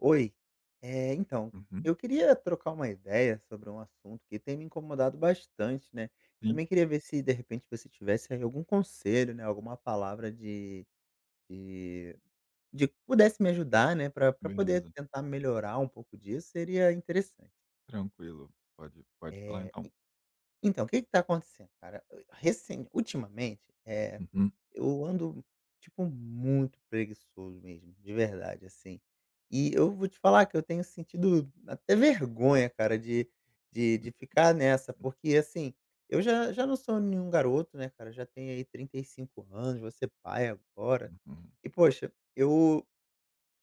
Oi, então, Uhum. eu queria trocar uma ideia sobre um assunto que tem me incomodado bastante, né. Sim, Também queria ver se de repente você tivesse aí algum conselho, né, alguma palavra de de de que pudesse me ajudar, né, Para pra poder beleza, tentar melhorar um pouco disso, seria interessante. tranquilo. Pode falar Eh, então. e então, o que está acontecendo, cara? Recen Ultimamente, Uhum, eu ando, tipo, muito preguiçoso mesmo, de verdade, assim. E eu vou te falar que eu tenho sentido até vergonha, cara, de ficar nessa, porque, assim, eu já não sou nenhum garoto, né, cara? Já tenho aí 35 anos, vou ser pai agora. uhum, E, poxa, eu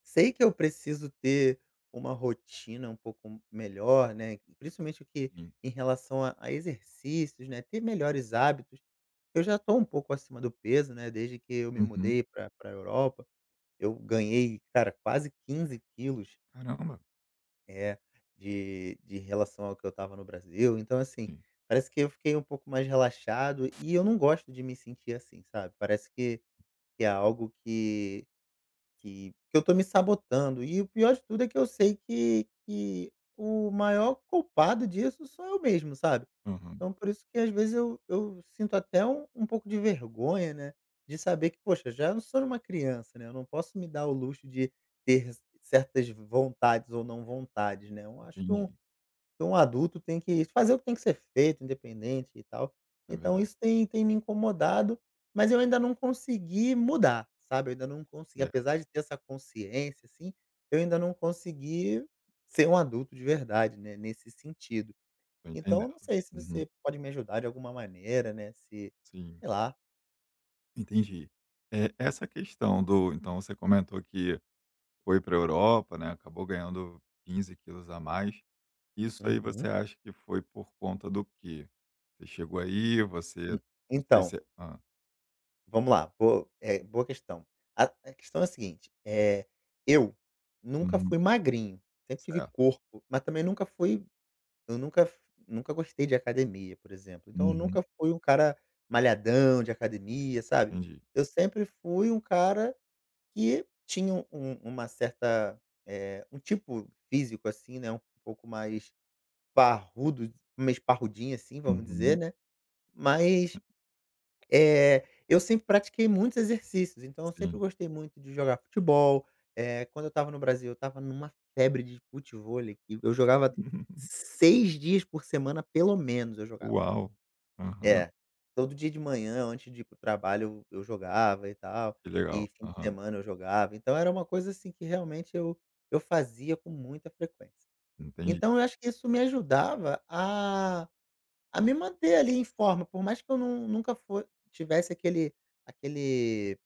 sei que eu preciso ter uma rotina um pouco melhor, né, principalmente o que sim, em relação a exercícios, né, ter melhores hábitos. Eu já estou um pouco acima do peso, né, desde que eu me uhum. mudei para pra Europa, eu ganhei, cara, quase 15 quilos, Caramba! é, de relação ao que eu estava no Brasil, então assim, Sim, parece que eu fiquei um pouco mais relaxado e eu não gosto de me sentir assim, sabe, parece que é algo que que eu tô me sabotando. E o pior de tudo é que eu sei que o maior culpado disso sou eu mesmo, sabe. aham, Então por isso que às vezes eu sinto até um pouco de vergonha, né, de saber que, poxa, já não sou uma criança, né, eu não posso me dar o luxo de ter certas vontades ou não vontades, né. Eu acho que um entendi. então o adulto tem que fazer o que tem que ser feito, independente e tal. É Então verdade, isso tem me incomodado, mas eu ainda não consegui mudar, sabe, eu ainda não consegui, certo, apesar de ter essa consciência, assim, eu ainda não consegui ser um adulto de verdade, né, nesse sentido. tô Então entendendo. eu não sei se Uhum, você pode me ajudar de alguma maneira, né, se sim, sei lá. entendi. Essa questão do então você comentou que foi para a Europa, né, acabou ganhando 15 kg a mais. Isso aí você Uhum. acha que foi por conta do quê? Você chegou aí, você não sei Então se hã, vamos lá, boa, boa questão. A questão é a seguinte, eu nunca uhum, fui magrinho, sempre tive certo. corpo, mas também nunca fui, eu nunca f nunca gostei de academia, por exemplo. Então eu Uhum, nunca fui um cara malhadão de academia, sabe. entendi. Eu sempre fui um cara que tinha uma certa, um tipo físico, assim, né, um pouco mais parrudo, meio parrudinho, assim, vamos dizer, Uhum, né, mas eu sempre pratiquei muitos exercícios, então eu sempre sim. gostei muito de jogar futebol, quando eu estava no Brasil, eu estava numa febre de futevôlei que eu jogava 6 dias por semana, pelo menos, eu jogava. Uau! Aham, É. Todo dia de manhã, antes de ir para trabalho, eu jogava e tal, que legal. e fim de Aham, semana eu jogava, então era uma coisa, assim, que realmente eu fazia com muita frequência. entendi. Então eu acho que isso me ajudava a me manter ali em forma, por mais que eu não nunca fo tivesse aquele aquele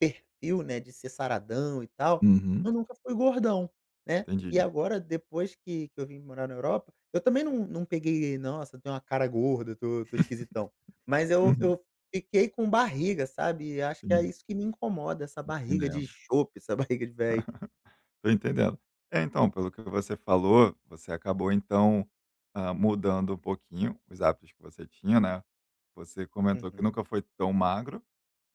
perfil, né, de ser saradão e tal, Uhum. eu nunca fui gordão, né. Entendi. E Uhum, agora depois que eu vim morar na Europa, eu também não peguei: "Nossa, tenho uma cara gorda, tô esquisitão". Mas eu fiquei com barriga, sabe, e acho que é sim, isso que me incomoda, essa barriga de entendendo. chope, essa barriga de velho. Tô entendendo. É, então, pelo que você falou, você acabou então, hã, mudando um pouquinho os hábitos que você tinha, né. Você comentou que Uhum. nunca foi tão magro,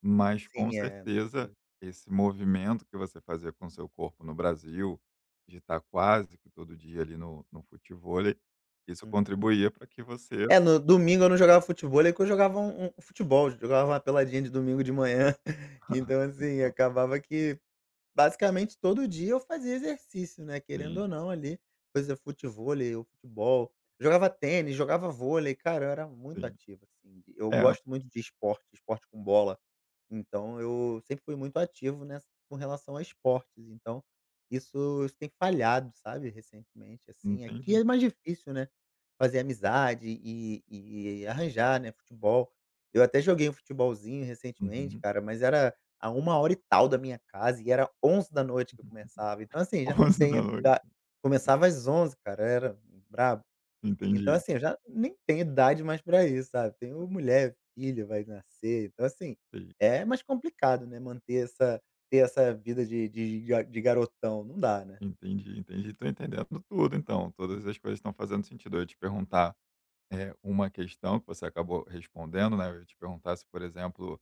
mas com Sim, é, nunca certeza foi. esse movimento que você fazia com seu corpo no Brasil, de estar quase que todo dia ali no futevôlei, isso Uhum. contribuía para que você É, no domingo eu não jogava futevôlei, que eu jogava um futebol, jogava uma peladinha de domingo de manhã. Então, assim, ah, acabava que basicamente todo dia eu fazia exercício, né, querendo sim, ou não ali, coisa futevôlei ou futebol. Jogava tênis, jogava vôlei, cara, eu era muito sim. ativo, assim. Eu É, gosto muito de esporte, esporte com bola. Então eu sempre fui muito ativo ness com relação a esportes, então isso tem falhado, sabe, recentemente, assim. Aqui entendi. é mais difícil, né, fazer amizade e arranjar, né, futebol. Eu até joguei um futebolzinho Uhum. recentemente, Uhum. cara, mas era a uma hora e tal da minha casa e era onze da noite que eu começava, então assim, já não onze da tenho noite, da começava às onze, cara, era brabo. Então, Entendi, assim, eu já nem tenho idade mais pra isso, sabe. Tenho mulher, filho, vai nascer, então, assim, entendi, é mais complicado, né, manter essa ter essa vida de ga de garotão, não dá, né. entendi, entendi. Tô entendendo tudo então, todas as coisas estão fazendo sentido. Eu ia te perguntar, uma questão que você acabou respondendo, né, eu ia te perguntar se, por exemplo,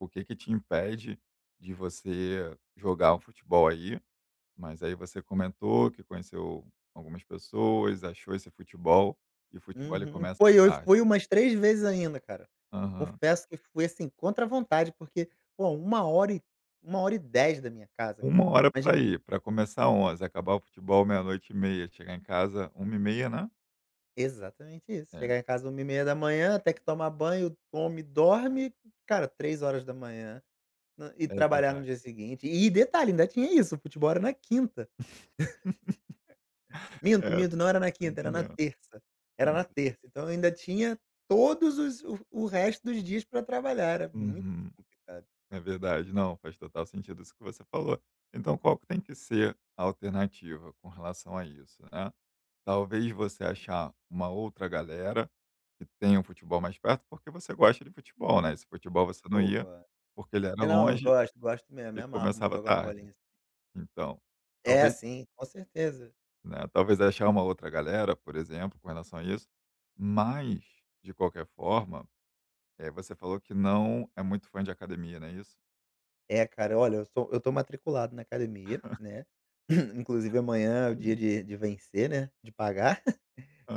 o que que te impede de você jogar o futebol aí, mas aí você comentou que conheceu algumas pessoas, achou esse futebol, e o futebol ele Uhum. começa Pô, e eu tarde. fui umas 3 vezes ainda, cara. Confesso que fui, assim, contra a vontade, porque, pô, 1h10 da minha casa, cara. Uma hora para Imagina ir, para começar 11, acabar o futebol meia-noite e meia, chegar em casa uma e meia, né? exatamente isso. É, Chegar em casa 1h30 da manhã até que tomar banho, come, dorme, cara, 3h da manhã. Hã, e é, trabalhar no verdade. dia seguinte. E detalhe, ainda tinha isso, o futebol era na quinta. Minto, É, minto, não era na tô quinta, era na entendendo. terça. Era na Isso. terça, então eu ainda tinha todos os o resto dos dias para trabalhar, era muito Uhum. complicado. É verdade. Não, faz total sentido isso que você falou. Então qual que tem que ser a alternativa com relação a isso, né? Talvez você achar uma outra galera que tenha um futebol mais perto, porque você gosta de futebol, né? Esse futebol você não ia, Boa. porque ele era É, não, longe gosto, gosto mesmo, e me amarro começava jogar uma tarde. bolinha, assim. Então, É, talvez. sim, com certeza. Né, talvez achar uma outra galera, por exemplo, com relação a isso. Mas, de qualquer forma, você falou que não é muito fã de academia, não é isso? É, cara, olha, eu tô matriculado na academia, né, inclusive amanhã é o dia Sim. De vencer, né, de pagar.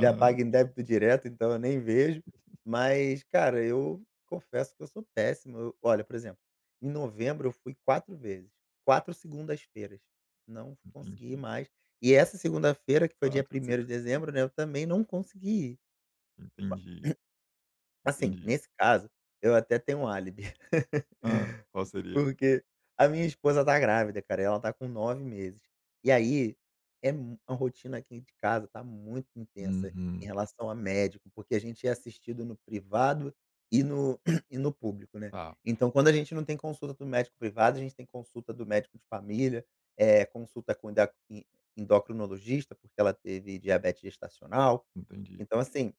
Já paga em débito direto, então eu nem vejo. Mas, cara, eu confesso que eu sou péssimo. Eu, olha, por exemplo, em novembro eu fui quatro vezes, quatro segundas-feiras. Não consegui entendi. mais. E essa segunda-feira, que foi dia 4, primeiro 5, de dezembro, né, eu também não consegui. entendi, Assim, entendi. nesse caso, eu até tenho um álibi. Hã, qual seria? Porque a minha esposa tá grávida, cara, ela tá com 9 meses. E aí, é mu a rotina aqui de casa tá muito intensa em Uhum, relação a médico, porque a gente é assistido no privado e no e no público, né. tá, Então quando a gente não tem consulta do médico privado, a gente tem consulta do médico de família, consulta com enda en endocrinologista, porque ela teve diabetes gestacional. entendi. Então assim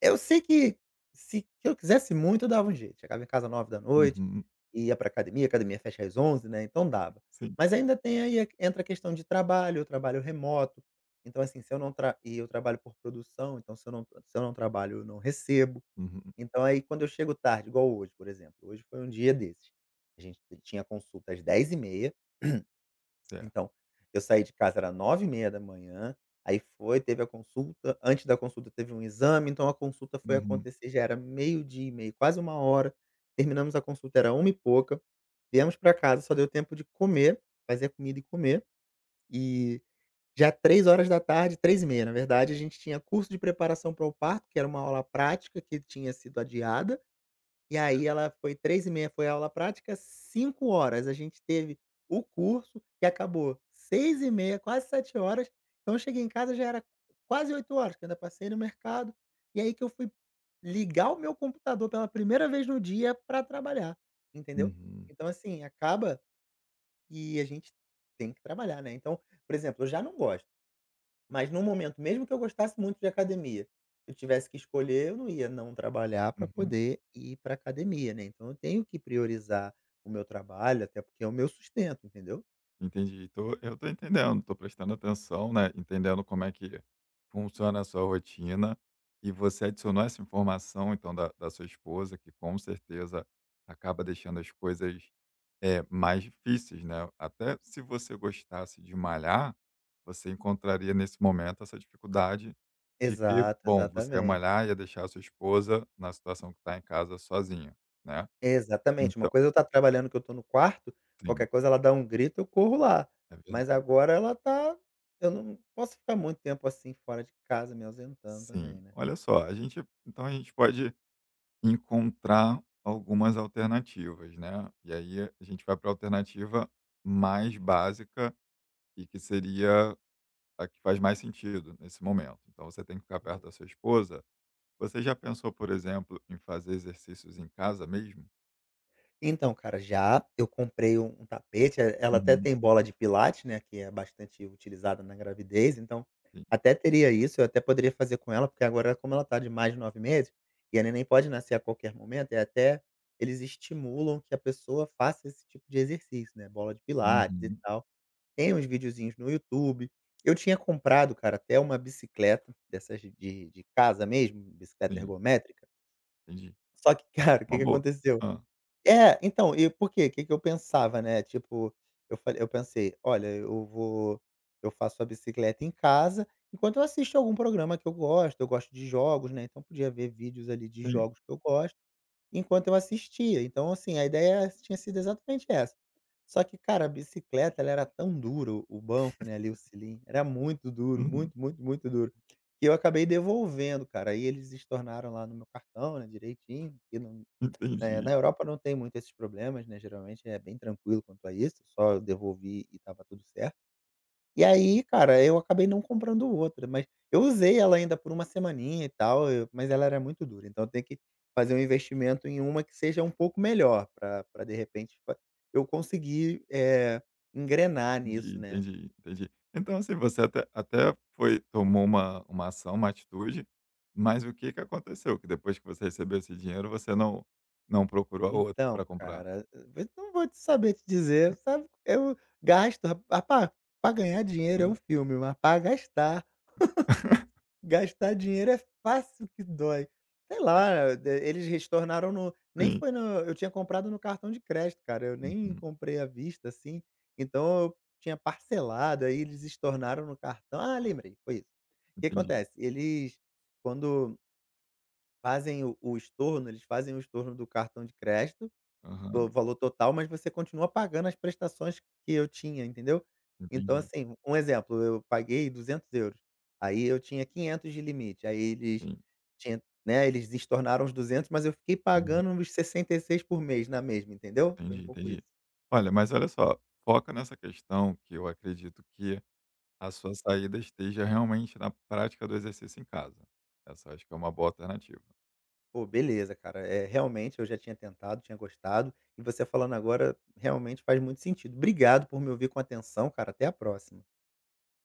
eu sei que, se eu quisesse muito, eu dava um jeito. Chegava em casa 21h, Uhum, ia pra academia, a academia fecha às 23h, né, então dava. sim. Mas ainda tem aí a- entra a questão de trabalho, eu trabalho remoto, então assim, se eu não tra e eu trabalho por produção, então se eu não trabalho, eu não recebo. Uhum, Então aí quando eu chego tarde, igual hoje, por exemplo, hoje foi um dia desses, a gente tinha consulta às 10h30, certo. então, eu saí de casa era 9h30 da manhã. Aí foi, teve a consulta, antes da consulta teve um exame, então a consulta foi Uhum, acontecer, já era meio-dia e meio, quase uma hora. Terminamos a consulta era uma e pouca, viemos para casa, só deu tempo de comer, fazer a comida e comer, e já 15h, três e meia na verdade, a gente tinha curso de preparação para o parto, que era uma aula prática que tinha sido adiada, e aí ela foi 3h30, foi aula prática, 5h a gente teve o curso, que acabou 6h30, quase 7h. Então eu cheguei em casa, já era quase 8h, que eu ainda passei no mercado, e aí que eu fui ligar o meu computador pela primeira vez no dia para trabalhar, entendeu. uhum, Então assim, acaba, e a gente tem que trabalhar, né. Então, por exemplo, eu já não gosto, mas no momento, mesmo que eu gostasse muito de academia, eu tivesse que escolher, eu não ia não trabalhar para uhum. poder ir para academia, né. Então eu tenho que priorizar o meu trabalho, até porque é o meu sustento, entendeu. Entendi. Tô eu tô entendendo, tô prestando atenção, né, entendendo como é que funciona a sua rotina, e você adicionou essa informação, então, da sua esposa, que com certeza acaba deixando as coisas, mais difíceis, né. Até se você gostasse de malhar, você encontraria nesse momento essa dificuldade de que, Exato, bom, você ia exatamente. malhar, e ia deixar a sua esposa na situação que está em casa sozinha, né. Exatamente, uma Então coisa é eu estar trabalhando que eu estou no quarto, sim, qualquer coisa ela dá um grito, eu corro lá. é Mas verdade. agora ela tá, eu não posso ficar muito tempo assim fora de casa, me ausentando Sim. também, né. Olha só, a gente pode encontrar algumas alternativas, né, e aí a gente vai pra alternativa mais básica e que seria a que faz mais sentido nesse momento. Então você tem que ficar perto da sua esposa. Você já pensou, por exemplo, em fazer exercícios em casa mesmo? Então, cara, já eu comprei um tapete, ela até Uhum. tem bola de pilates, né, que é bastante utilizada na gravidez, então Sim. até teria isso, eu até poderia fazer com ela, porque agora como ela tá de mais de 9 meses, e a neném pode nascer a qualquer momento, é até eles estimulam que a pessoa faça esse tipo de exercício, né, bola de pilates e Uhum. tal. Tem uns videozinhos no YouTube. Eu tinha comprado, cara, até uma bicicleta dessas de casa mesmo, bicicleta Sim, ergométrica, entendi. só que, cara, o que Uma que boa. aconteceu? Hã. É, então, e por quê? O que que eu pensava, né, tipo, eu pensei: "Olha, eu vou eu faço a bicicleta em casa, enquanto eu assisto algum programa que eu gosto de jogos, né, então podia ver vídeos ali de Sim. jogos que eu gosto, enquanto eu assistia. Então, assim, a ideia tinha sido exatamente essa. Só que, cara, a bicicleta ela era tão dura, o banco, né, ali, o cilindro, era muito duro, Uhum. muito, muito, muito duro, que eu acabei devolvendo, cara. Aí eles estornaram lá no meu cartão, né, direitinho, que não na Entendi. Europa não tem muito esses problemas, né, geralmente é bem tranquilo quanto a isso, só eu devolvi e tava tudo certo. E aí, cara, eu acabei não comprando outra, mas eu usei ela ainda por uma semaninha e tal, eu mas ela era muito dura, então eu tenho que fazer um investimento em uma que seja um pouco melhor para, pra de repente fa eu conseguir, engrenar Entendi, nisso, né. entendi, entendi. Então, assim, você até foi, tomou uma ação, uma atitude, mas o que que aconteceu? Que depois que você recebeu esse dinheiro, você não procurou a outra Então, pra comprar? cara, eu não vou te saber te dizer, sabe, eu gasto, ah, pra ganhar dinheiro é um Ah, filme, mas para gastar. Gastar dinheiro é fácil que dói. Sei lá, de eles retornaram no nem sim. foi no eu tinha comprado no cartão de crédito, cara, eu nem Uhum, comprei à vista, assim, então eu tinha parcelado, aí eles estornaram no cartão, ah, lembrei, foi isso. O que entendi. acontece, eles quando fazem o estorno, eles fazem o estorno do cartão de crédito, Aham, o valor total, mas você continua pagando as prestações que eu tinha, entendeu. Então, entendi. assim, um exemplo, eu paguei 200 euros, aí eu tinha 500 de limite, aí eles Sim. tinha, né, eles estornaram os 200, mas eu fiquei Hum, pagando uns 66 por mês na mesma, entendeu. Foi um entendi, pouco isso. entendi. Olha, mas olha só, foca nessa questão que eu acredito que a sua saída esteja realmente na prática do exercício em casa. Essa eu acho que é uma boa alternativa. Pô, beleza, cara, é realmente eu já tinha tentado, tinha gostado, e você falando agora realmente faz muito sentido. Obrigado por me ouvir com atenção, cara, até a próxima.